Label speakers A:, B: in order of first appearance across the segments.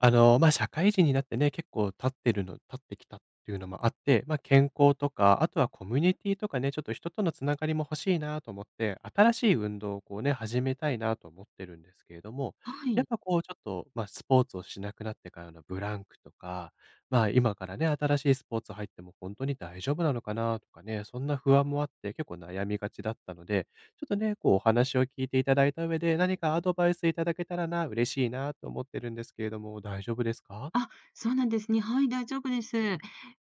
A: まあ、社会人になってね、結構経ってきたっていうのもあって、まあ、健康とか、あとはコミュニティとかね、ちょっと人とのつながりも欲しいなと思って、新しい運動をこうね、始めたいなと思ってるんですけれども、
B: は
A: やっ
B: い。
A: ぱこうちょっと、まあ、スポーツをしなくなってからのブランクとか、まあ、今からね、新しいスポーツ入っても本当に大丈夫なのかなとかね、そんな不安もあって、結構悩みがちだったのでちょっとね、こうお話を聞いていただいた上で、何かアドバイスいただけたらな、嬉しいなと思ってるんですけれども、大丈夫ですか？
B: あ、そうなんですね。はい、大丈夫です。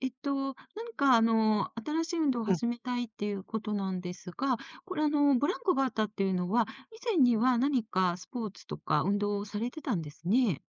B: 何か新しい運動を
A: うん、
B: 始めたいっていうことなんですが、これブランクがあったっていうのは、以前には何かスポーツとか運動をされてたんですね。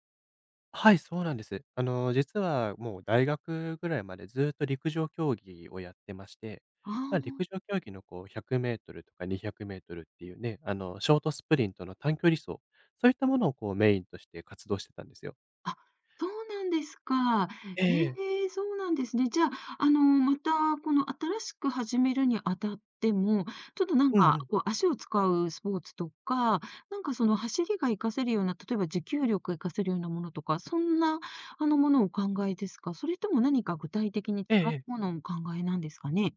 A: はい、そうなんです。実はもう大学ぐらいまでずっと陸上競技をやってまして、
B: あ
A: まあ、陸
B: あ。
A: 上競技のこう1 0 0ルとか2 0 0ルっていうね、ショートスプリントの短距離走、そういったものをこうメインとして活動してたんですよ。
B: あ、そうなんですか。
A: ええ。
B: ええ、そうなんですね。じゃあ、また、この新しく始めるにあたっても、ちょっとなん
A: うんう
B: か、
A: ん。
B: こう、足を使うスポーツとか、なんかその走りが活かせるような、例えば持久力が活かせるようなものとか、そんな、ものをお考えですか？それとも何か具体的に違
A: えええ
B: う
A: え。
B: ものをお考えなんですかね？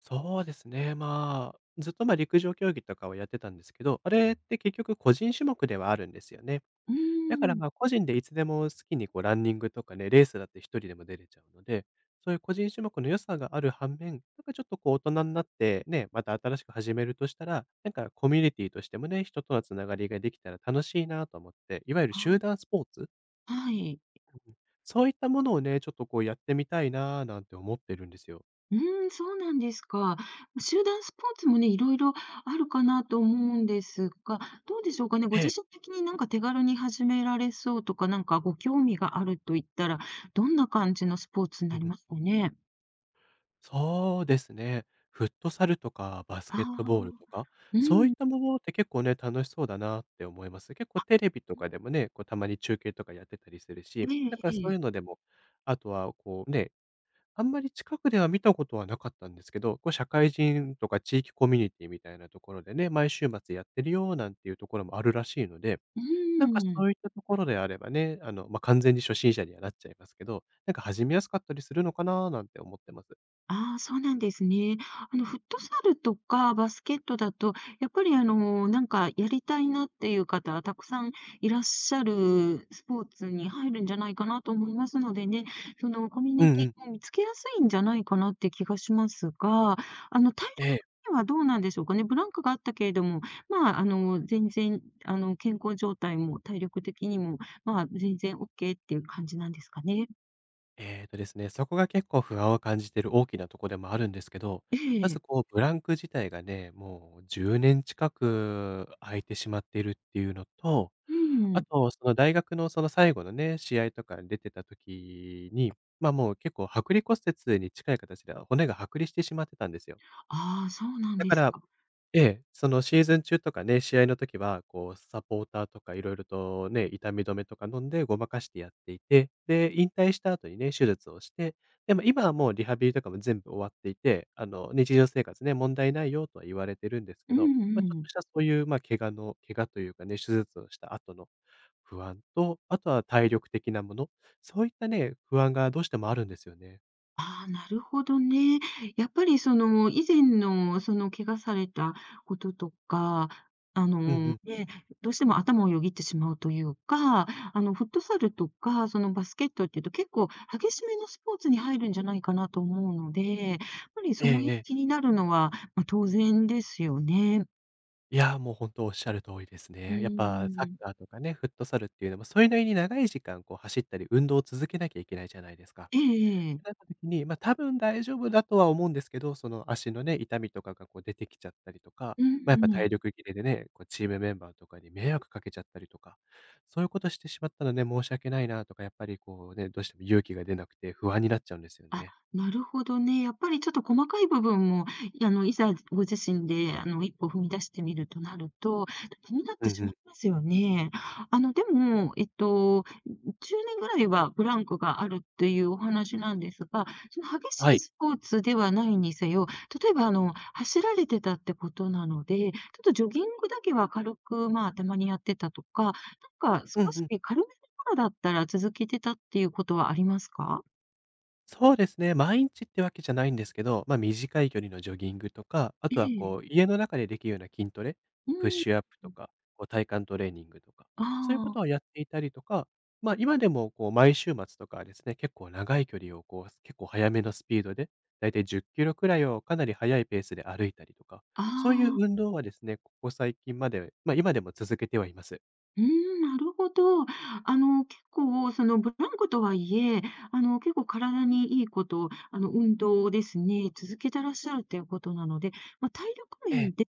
A: そうですね。まあ、ずっとまあ陸上競技とかをやってたんですけど、あれって結局個人種目ではあるんですよね。
B: うー
A: だから
B: ん。
A: まあ個人でいつでも好きにこうランニングとかね、レースだって一人でも出れちゃうので、そういう個人種目の良さがある反面、なんかちょっとこう大人になってね、また新しく始めるとしたら、なんかコミュニティとしてもね、人とのつながりができたら楽しいなと思って、いわゆる集
B: あ
A: 団スポーツ、
B: あ、はい。
A: そういったものをね、ちょっとこうやってみたいななんて思ってるんですよ。
B: うーん、そうなんですか。集団スポーツもね、いろいろあるかなと思うんですが、どうでしょうかね。ご
A: え
B: 自
A: え。
B: 身的になんか手軽に始められそうとか、なんかご興味があると言ったら、どんな感じのスポーツに
A: うん
B: なり
A: うん。
B: ますかね。
A: そうですね。フットサルとかバス
B: あ
A: ケットボールと
B: あ、
A: か、
B: う
A: そういっ
B: ん。
A: たものって結構ね、楽しそうだなって思います。結構テレビとかでもね、こうたまに中継とかやってたりするし、
B: ええ
A: なんかそ
B: え
A: うい
B: え。
A: うのでも、あとはこうね、あんまり近くでは見たことはなかったんですけど、こう社会人とか地域コミュニティみたいなところでね、毎週末やってるよなんていうところもあるらしいので、
B: う
A: なんかそ
B: ーん。
A: ういったところであればね、まあ、完全に初心者にはなっちゃいますけど、なんか始めやすかったりするのかななんて思ってます。
B: ああ、そうなんですね。フットサルとかバスケットだと、やっぱりなんかやりたいなっていう方はたくさんいらっしゃるスポーツに入るんじゃないかなと思いますのでね、そのコミュ
A: う
B: ニ
A: んう
B: テ
A: ん。
B: ィを見つけやすいんじゃないかなって気がしますが、体
A: え
B: 力
A: え。
B: 的にはどうなんでしょうかね。ブランクがあったけれども、全然、健康状態も体力的にも、全然 OK っていう感じなんですかね。
A: ですね、そこが結構不安を感じてる大きなとこでもあるんですけど、
B: え
A: ま
B: え。
A: ずこうブランク自体がね、もう10年近く空いてしまっているっていうのと、
B: う
A: あ
B: ん。
A: とその大学のその最後のね、試合とかに出てた時に、ま、あもう結構剥離骨折に近い形で、骨が剥離してしまってたんですよ。
B: ああ、そうなん
A: だ
B: で
A: か
B: す
A: ら
B: か。
A: ええ、そのシーズン中とかね、試合の時は、こうサポーターとかいろいろとね、痛み止めとか飲んでごまかしてやっていて、で、引退した後にね、手術をして、でも今はもうリハビリとかも全部終わっていて、日常生活ね、問題ないよとは言われてるんですけ
B: う
A: ど、
B: んう
A: まあ、ちょっ
B: ん。
A: としたそういう、まあ、怪我というかね、手術をした後の不安と、あとは体力的なもの、そういったね、不安がどうしてもあるんですよね。
B: ああ、なるほどね。やっぱりその以前のその怪我されたこととか、あ
A: うんう
B: の、
A: ん。
B: ね、どうしても頭をよぎってしまうというか、フットサルとか、そのバスケットっていうと結構激しめのスポーツに入るんじゃないかなと思うので、やっぱり
A: ええ
B: その辺
A: ええ。
B: 気になるのは、当然ですよね。
A: いや、もう本当おっしゃる通りです
B: う
A: ね。やっぱサッ
B: ん。
A: カーとかね、フットサルっていうのも、それなりに長い時間こう走ったり、運動を続けなきゃいけないじゃないですか。
B: え
A: っ
B: ええ。
A: てなった時に、ま、多分大丈夫だとは思うんですけど、その足のね、痛みとかがこう出てきちゃったりとか、
B: う
A: ま、やっぱ
B: んうん。
A: 体力切れでね、こうチームメンバーとかに迷惑かけちゃったりとか、そういうことしてしまったらね、申し訳ないなとか、やっぱりこうね、どうしても勇気が出なくて不安になっちゃうんですよ
B: あ、
A: ね。
B: なるほどね。やっぱりちょっと細かい部分も、いあの、いざご自身で、一歩踏み出してみるとなると、気になっ
A: うん
B: てし
A: う
B: ま
A: ん。
B: いますよね。でも、10年ぐらいはブランクがあるっていうお話なんですが、その激し
A: は
B: い
A: い。
B: スポーツではないにせよ、例えば、走られてたってことなので、ちょっとジョギングだけは軽く、たまにやってたとか、なんか
A: う
B: 少
A: んう
B: し
A: ん。
B: 軽めの頃だったら続けてたっていうことはありますか？
A: そうですね、毎日ってわけじゃないんですけど、ま、短い距離のジョギングとか、あ
B: え
A: とは
B: え。
A: こう、家の中でできるような筋トレ、
B: う
A: プッ
B: ー
A: シュアップ
B: ん。
A: と
B: ん。
A: か、こう体幹トレーニングとか、
B: あ
A: そういうこ
B: あ、
A: とをやっていたりとか、ま、今でもこう毎週末とかはですね、結構長い距離をこう、結構早めのスピードで、だいたい10キロくらいをかなり速いペースで歩いたりとか、
B: あ
A: そういう運動はですね、ここ最近まで、ま、今でも続けてはいます。
B: うーん、なるほど。結構、その、ブランコとはいえ、結構体にいいこと、運動をですね、続けてらっしゃるっていうことなので、体力
A: え
B: 面
A: え。
B: で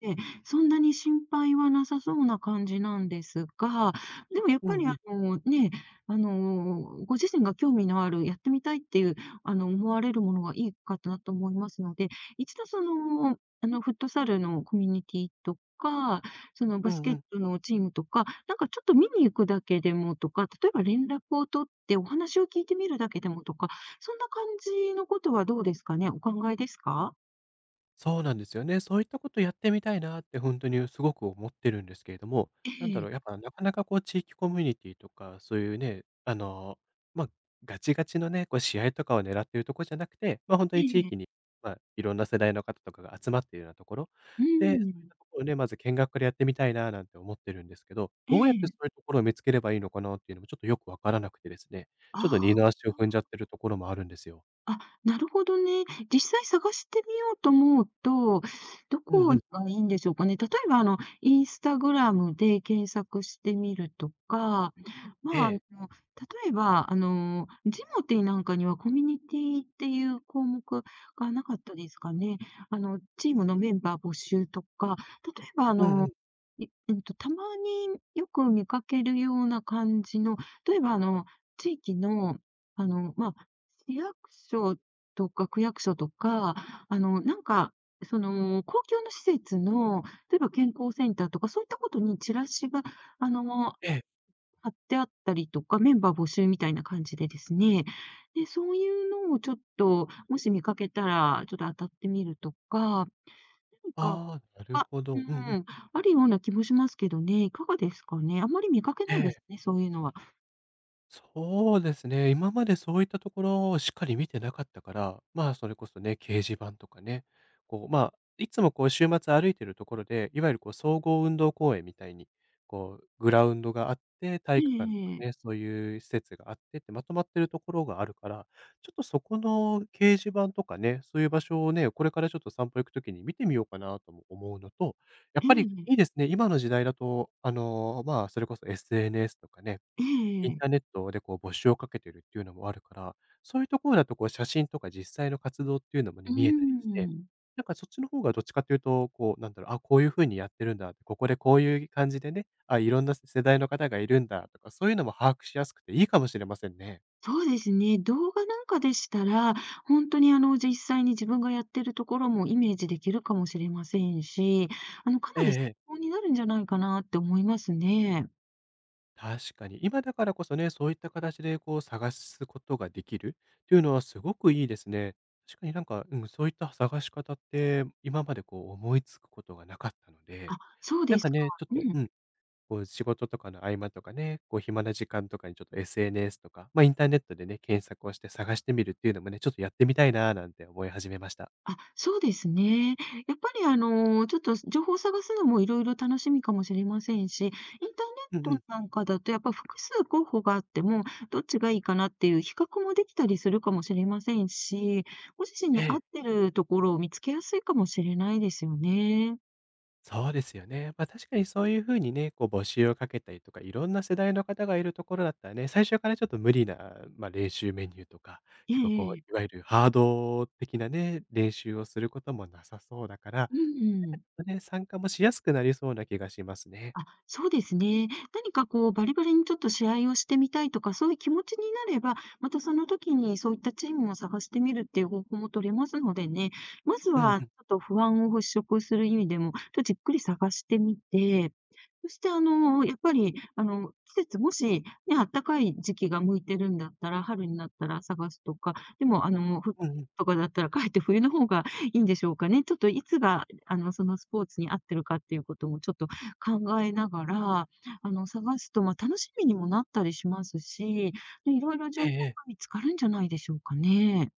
B: そんなに心配はなさそうな感じなんですが、でもやっ
A: う
B: ぱ
A: ん
B: り、
A: うん。
B: あの、ご自身が興味のある、やってみたいっていう、思われるものがいいかなと思いますので、一度その、フットサルのコミュニティとか、そのバ
A: う
B: ス
A: んう
B: ケッ
A: ん。
B: トのチームとか、なんかちょっと見に行くだけでもとか、例えば連絡を取ってお話を聞いてみるだけでもとか、そんな感じのことはどうですかね？お考えですか？
A: そうなんですよね。そういったことやってみたいなって本当にすごく思ってるんですけれども、
B: え
A: なんだろ
B: え。
A: う、やっぱなかなかこう地域コミュニティとか、そういうね、まあ、ガチガチのね、こう試合とかを狙ってるとこじゃなくて、ま、あ本当
B: え
A: に地域
B: え。
A: に、まあ、いろんな世代の方とかが集まっているようなところ、
B: う
A: で、そう
B: ー
A: いっ
B: ん。
A: たところをね、まず見学からやってみたいななんて思ってるんですけど、
B: え
A: どうやってそ
B: え。
A: ういうところを見つければいいのかなっていうのもちょっとよくわからなくてですね、
B: あ
A: ちょっと二の足を
B: あ。
A: 踏んじゃってるところもあるんですよ。
B: あ、なるほどね。実際探してみようと思うと、ど
A: う
B: こ
A: んうん。
B: がいいんでしょうかね。例えば、インスタグラムで検索してみるとか、
A: ええ。
B: 例えば、ジモティーなんかにはコミュニティっていう項目がなかったですかね。チームのメンバー募集とか、例えば、
A: うんうん。
B: いうんと、たまによく見かけるような感じの、例えば、地域の、あの、まあ、市役所とか区役所とか、なんか、その、公共の施設の、例えば健康センターとか、そういったことにチラシが、あの、
A: ええ。
B: 貼ってあったりとか、メンバー募集みたいな感じでですね、で、そういうのをちょっと、もし見かけたら、ちょっと当たってみるとか、なんか
A: ああ、なる
B: あ
A: ほ
B: う
A: ど。うんうん。
B: ん、あるような気もしますけどね、いかがですかね。あんまり見かけ
A: え
B: ないです
A: え。
B: ね、そういうのは。
A: そうですね。今までそういったところをしっかり見てなかったから、まあ、それこそね、掲示板とかね、こう、まあ、いつもこう、週末歩いてるところで、いわゆるこう、総合運動公園みたいに、こう、グラウンドがあって、体
B: え
A: 育館とか
B: えええ。
A: ね、そういう施設があってって、まとまってるところがあるから、ちょっとそこの掲示板とかね、そういう場所をね、これからちょっと散歩行くときに見てみようかなとも思うのと、やっ
B: ええ
A: ぱり
B: え
A: いいで
B: え。
A: すね。今の時代だと、まあ、それこそ SNS とかね、インターネットでこう募集をかけてるっていうのもあるから、そういうところだとこう写真とか実際の活動っていうのもね、
B: う
A: 見えたりして、
B: ん。
A: なんかそっちの方がどっちかというと、こうなんだろう、あ、こういう風にやってるんだって、ここでこういう感じでね、あ、いろんな世代の方がいるんだとか、そういうのも把握しやすくていいかもしれませんね。
B: そうですね。動画なんかでしたら、本当に実際に自分がやってるところもイメージできるかもしれませんし、か
A: え
B: な
A: え
B: り
A: え
B: 参
A: え。
B: 考になるんじゃないかなって思いますね。
A: 確かに。今だからこそね、そういった形でこう探すことができるっていうのはすごくいいですね。確かになんか、うん、そういった探し方って、今までこう思いつくことがなかったので
B: あ、そう
A: な
B: で
A: ん
B: す
A: か
B: か。
A: ね、ちょっ
B: う
A: と、う
B: ん。
A: ん、こう仕事とかの合間とかね、こう暇な時間とかにちょっと SNS とか、ま、インターネットでね、検索をして探してみるっていうのもね、ちょっとやってみたいなーなんて思い始めました。
B: あ、そうですね。やっぱりちょっと情報を探すのもいろいろ楽しみかもしれませんし、インターネッ
A: うんうん。
B: トなんかだとやっぱ複数候補があっても、どっちがいいかなっていう比較もできたりするかもしれませんし、ご自身
A: え
B: に合っ
A: え、
B: てるところを見つけやすいかもしれないですよね。
A: そうですよね。ま、確かにそういう風にね、こう募集をかけたりとか、いろんな世代の方がいるところだったらね、最初からちょっと無理な、まあ、練習メニューとか、
B: え
A: 結構こ
B: えええ。
A: ういわゆるハード的なね、練習をすることもなさそうだから、なん
B: うんう
A: かち
B: ん。
A: ょっとね、参加もしやすくなりそうな気がしますね。
B: あ、そうですね。何かこう、バリバリにちょっと試合をしてみたいとか、そういう気持ちになれば、またその時にそういったチームを探してみるっていう方法も取れますのでね、まず
A: うん
B: は
A: う
B: ち
A: ん。
B: ょっと不安を払拭する意味でも、ちょっとじっくり探してみて、そしてやっぱり、季節、もしね、暖かい時期が向いてるんだったら、春になったら探すとか、でもふ
A: うんうん。
B: とかだったら、かえって冬の方がいいんでしょうかね。ちょっといつが、そのスポーツに合ってるかっていうことも、ちょっと考えながら、探すと、楽しみにもなったりしますし、で、いろいろ
A: え
B: 情報
A: え
B: が
A: ええ。
B: 見つかるんじゃないでしょうかね。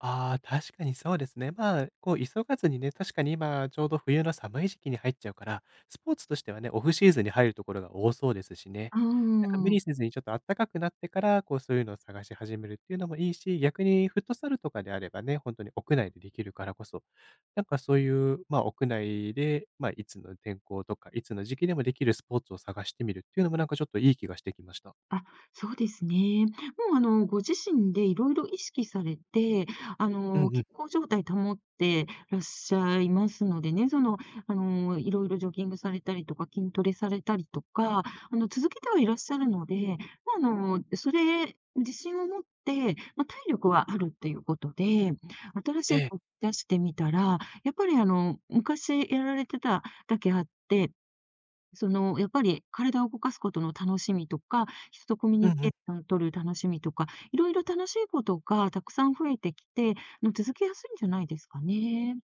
A: ああ、確かにそうですね。まあ、こう急がずにね、確かに今ちょうど冬の寒い時期に入っちゃうから、スポーツとしてはね、オフシーズンに入るところが多そうですしね。
B: う
A: なんか無
B: ー
A: 理せずにちょっと暖かくなってから、こうそういうのを探し始めるっていうのもいいし、逆にフットサルとかであればね、本当に屋内でできるからこそ、なんかそういう、まあ、屋内で、まあ、いつの天候とか、いつの時期でもできるスポーツを探してみるっていうのもなんかちょっといい気がしてきました。
B: あ、そうですね。もう、ご自身でいろいろ意識されて、
A: うんうん。
B: 健康状態保ってらっしゃいますのでね、その、いろいろジョギングされたりとか、筋トレされたりとか、続けてはいらっしゃるので、それ、自信を持って、体力はあるっていうことで、新し
A: え
B: い
A: え。
B: こと出してみたら、やっぱり、昔やられてただけあって、その、やっぱり体を動かすことの楽しみとか、人とコミュ
A: う
B: ニ
A: んう
B: ケ
A: ん。
B: ーションを取る楽しみとか、いろいろ楽しいことがたくさん増えてきて、続けやすいんじゃないですかね。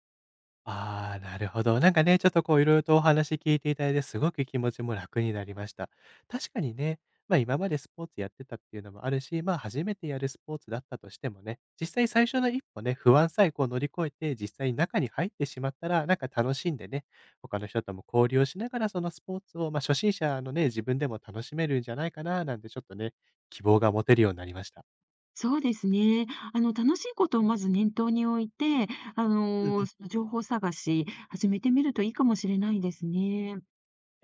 A: ああ、なるほど。なんかね、ちょっとこう色々とお話聞いていただいて、すごく気持ちも楽になりました。確かにね、ま、あ今までスポーツやってたっていうのもあるし、ま、あ初めてやるスポーツだったとしてもね、実際最初の一歩ね、不安さえこう乗り越えて、実際に中に入ってしまったら、なんか楽しんでね、他の人とも交流をしながら、そのスポーツを、ま、あ初心者のね、自分でも楽しめるんじゃないかななんてちょっとね、希望が持てるようになりました。
B: そうですね。楽しいことをまず念頭に置いて、
A: うんうん。
B: その情報探し、始めてみるといいかもしれないですね。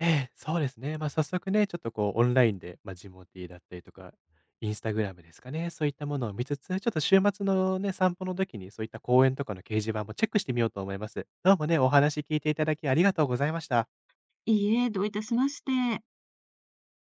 A: ええ、そうですね。ま、あ早速ね、ちょっとこうオンラインで、まあ、ジモティーだったりとか、インスタグラムですかね、そういったものを見つつ、ちょっと週末のね、散歩の時にそういった公園とかの掲示板もチェックしてみようと思います。どうもね、お話聞いていただきありがとうございました。
B: いいえ、どういたしまして。